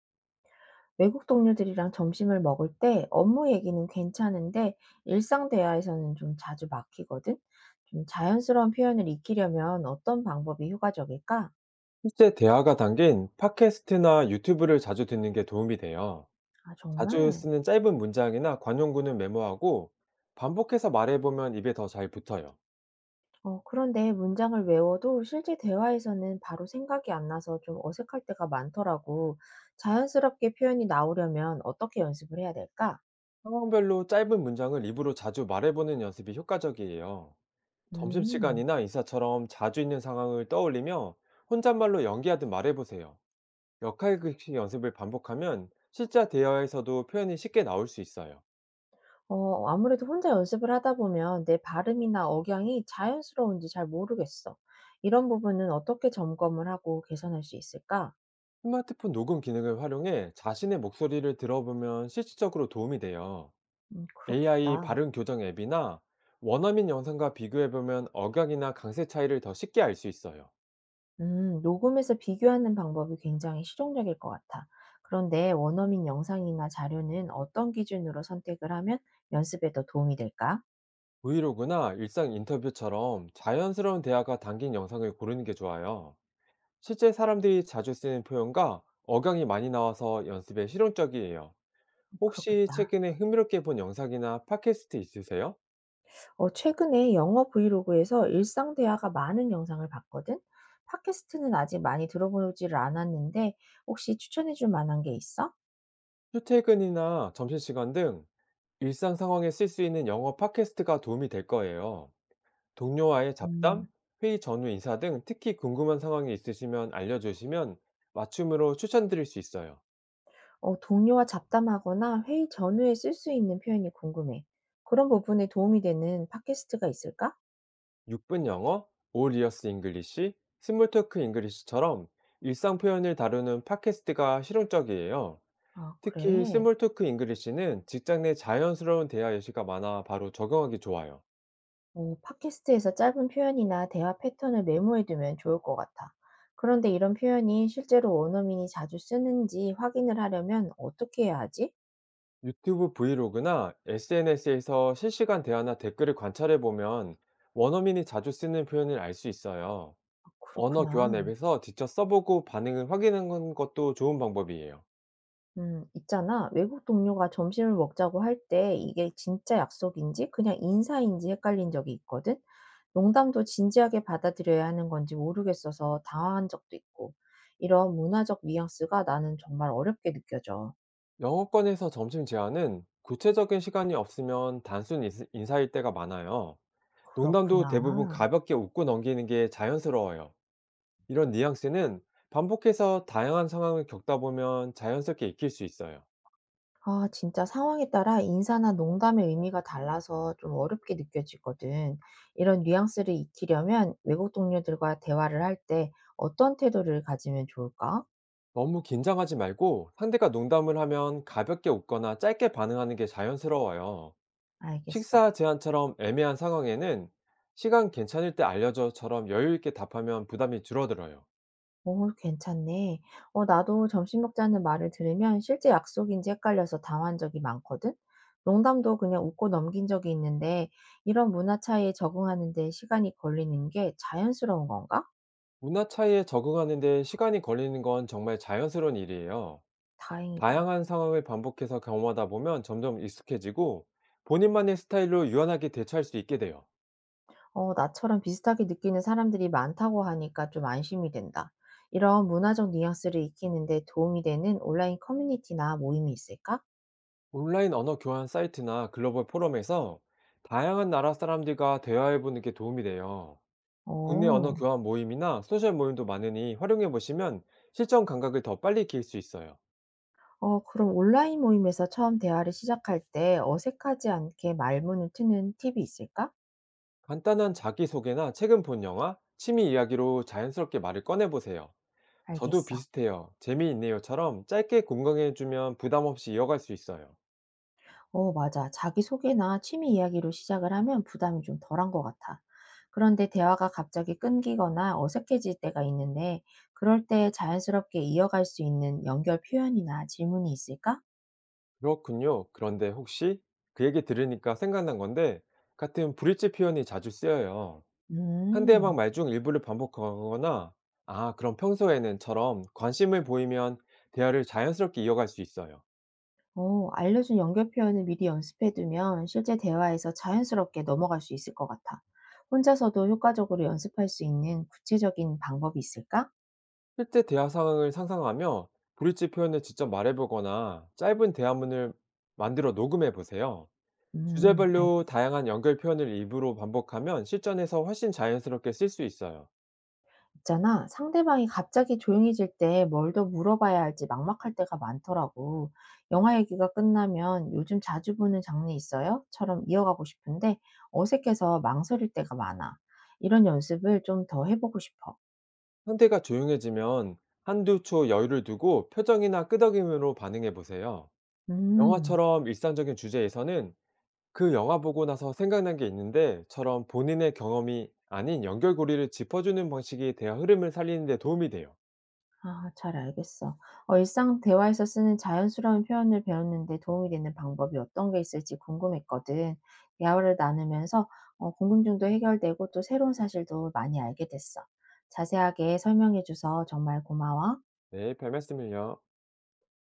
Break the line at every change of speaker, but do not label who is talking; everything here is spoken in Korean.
외국 동료들이랑 점심을 먹을 때 업무 얘기는 괜찮은데 일상 대화에서는 좀 자주 막히거든? 좀 자연스러운 표현을 익히려면 어떤 방법이 효과적일까?
실제 대화가 담긴 팟캐스트나 유튜브를 자주 듣는 게 도움이 돼요.
아,
자주
정말?
쓰는 짧은 문장이나 관용구는 메모하고 반복해서 말해보면 입에 더 잘 붙어요.
그런데 문장을 외워도 실제 대화에서는 바로 생각이 안 나서 좀 어색할 때가 많더라고. 자연스럽게 표현이 나오려면 어떻게 연습을 해야 될까?
상황별로 짧은 문장을 입으로 자주 말해보는 연습이 효과적이에요.
음.
점심시간이나 인사처럼 자주 있는 상황을 떠올리며 혼잣말로 연기하듯 말해보세요. 역할극식 연습을 반복하면 실제 대화에서도 표현이 쉽게 나올 수 있어요.
아무래도 혼자 연습을 하다 보면 내 발음이나 억양이 자연스러운지 잘 모르겠어. 이런 부분은 어떻게 점검을 하고 개선할 수 있을까?
스마트폰 녹음 기능을 활용해 자신의 목소리를 들어보면 실질적으로 도움이 돼요.
음,
AI
그렇겠다.
발음 교정 앱이나 원어민 영상과 비교해보면 억양이나 강세 차이를 더 쉽게 알 수 있어요.
음, 녹음해서 비교하는 방법이 굉장히 실용적일 것 같아. 그런데 원어민 영상이나 자료는 어떤 기준으로 선택을 하면 연습에 더 도움이 될까?
브이로그나 일상 인터뷰처럼 자연스러운 대화가 담긴 영상을 고르는 게 좋아요. 실제 사람들이 자주 쓰는 표현과 억양이 많이 나와서 연습에 실용적이에요.
음,
혹시
그렇겠다.
최근에 흥미롭게 본 영상이나 팟캐스트 있으세요?
어, 최근에 영어 브이로그에서 일상 대화가 많은 영상을 봤거든? 팟캐스트는 아직 많이 들어보지를 않았는데, 혹시 추천해 줄 만한 게 있어?
출퇴근이나 점심시간 등 일상 상황에 쓸 수 있는 영어 팟캐스트가 도움이 될 거예요. 동료와의
음,
잡담, 회의 전후 인사 등 특히 궁금한 상황이 있으시면 알려주시면 맞춤으로 추천드릴 수 있어요.
어, 동료와 잡담하거나 회의 전후에 쓸 수 있는 표현이 궁금해. 그런 부분에 도움이 되는 팟캐스트가 있을까?
6분 영어, All Ears English, 스몰 토크 잉글리시처럼 일상 표현을 다루는 팟캐스트가 실용적이에요.
아,
특히
그래.
스몰 토크 잉글리시는 직장 내 자연스러운 대화 예시가 많아 바로 적용하기 좋아요.
어, 팟캐스트에서 짧은 표현이나 대화 패턴을 메모해 두면 좋을 것 같아. 그런데 이런 표현이 실제로 원어민이 자주 쓰는지 확인을 하려면 어떻게 해야 하지?
유튜브 브이로그나 SNS에서 실시간 대화나 댓글을 관찰해 보면 원어민이 자주 쓰는 표현을 알 수 있어요.
아,
언어 교환
그렇구나.
앱에서 직접 써보고 반응을 확인하는 것도 좋은 방법이에요.
있잖아. 외국 동료가 점심을 먹자고 할 때 이게 진짜 약속인지 그냥 인사인지 헷갈린 적이 있거든. 농담도 진지하게 받아들여야 하는 건지 모르겠어서 당황한 적도 있고. 이런 문화적 뉘앙스가 나는 정말 어렵게 느껴져.
영어권에서 점심 제한은 구체적인 시간이 없으면 단순 인사일 때가 많아요. 농담도
그렇구나.
대부분 가볍게 웃고 넘기는 게 자연스러워요. 이런 뉘앙스는 반복해서 다양한 상황을 겪다 보면 자연스럽게 익힐 수 있어요.
아, 진짜 상황에 따라 인사나 농담의 의미가 달라서 좀 어렵게 느껴지거든. 이런 뉘앙스를 익히려면 외국 동료들과 대화를 할 때 어떤 태도를 가지면 좋을까?
너무 긴장하지 말고 상대가 농담을 하면 가볍게 웃거나 짧게 반응하는 게 자연스러워요.
알겠어.
식사 제한처럼 애매한 상황에는 "시간 괜찮을 때 알려줘."처럼 여유 있게 답하면 부담이 줄어들어요.
어, 괜찮네. 어, 나도 "점심 먹자는 말을 들으면 실제 약속인지 헷갈려서 당한 적이 많거든." 농담도 그냥 웃고 넘긴 적이 있는데 이런 문화 차이에 적응하는 데 시간이 걸리는 게 자연스러운 건가?
문화 차이에 적응하는 데 시간이 걸리는 건 정말 자연스러운 일이에요.
다행이다.
다양한 상황을 반복해서 경험하다 보면 점점 익숙해지고 본인만의 스타일로 유연하게 대처할 수 있게 돼요.
어, 나처럼 비슷하게 느끼는 사람들이 많다고 하니까 좀 안심이 된다. 이런 문화적 뉘앙스를 익히는 데 도움이 되는 온라인 커뮤니티나 모임이 있을까?
온라인 언어 교환 사이트나 글로벌 포럼에서 다양한 나라 사람들과 대화해 보는 게 도움이 돼요. 국내 언어
어.
교환 모임이나 소셜 모임도 많으니 활용해 보시면 실전 감각을 더 빨리 익힐 수 있어요.
어, 그럼 온라인 모임에서 처음 대화를 시작할 때 어색하지 않게 말문을 트는 팁이 있을까?
간단한 자기소개나 최근 본 영화, 취미 이야기로 자연스럽게 말을 꺼내보세요. 저도
알겠어.
비슷해요. 재미있네요.처럼 짧게 공감해주면 부담 없이 이어갈 수 있어요.
어, 맞아. 자기소개나 취미 이야기로 시작을 하면 부담이 좀 덜한 것 같아. 그런데 대화가 갑자기 끊기거나 어색해질 때가 있는데 그럴 때 자연스럽게 이어갈 수 있는 연결 표현이나 질문이 있을까?
그렇군요. 그런데 혹시 그 얘기 들으니까 생각난 건데 같은 브릿지 표현이 자주 쓰여요. 상대방
음.
말 중 일부를 반복하거나 아, 그럼 평소에는 처럼 관심을 보이면 대화를 자연스럽게 이어갈 수 있어요.
어, 알려준 연결 표현을 미리 연습해두면 실제 대화에서 자연스럽게 넘어갈 수 있을 것 같아. 혼자서도 효과적으로 연습할 수 있는 구체적인 방법이 있을까?
실제 대화 상황을 상상하며 브릿지 표현을 직접 말해보거나 짧은 대화문을 만들어 녹음해 보세요. 주제별로
알겠어.
다양한 연결 표현을 입으로 반복하면 실전에서 훨씬 자연스럽게 쓸 수 있어요.
있잖아. 상대방이 갑자기 조용해질 때 뭘 더 물어봐야 할지 막막할 때가 많더라고. 영화 얘기가 끝나면 "요즘 자주 보는 장르 있어요? 처럼 이어가고 싶은데 어색해서 망설일 때가 많아. 이런 연습을 좀 더 해보고 싶어.
상태가 조용해지면 한두 초 여유를 두고 표정이나 끄덕임으로 반응해 보세요.
음.
영화처럼 일상적인 주제에서는 그 영화 보고 나서 생각난 게 있는데처럼 본인의 경험이 아닌 연결고리를 짚어주는 방식이 대화 흐름을 살리는 데 도움이 돼요.
아, 잘 알겠어. 어, 일상 대화에서 쓰는 자연스러운 표현을 배우는데 도움이 되는 방법이 어떤 게 있을지 궁금했거든. 대화를 나누면서 어, 궁금증도 해결되고 또 새로운 사실도 많이 알게 됐어. 자세하게 설명해 줘서 정말 고마워.
네, 별 말씀을요.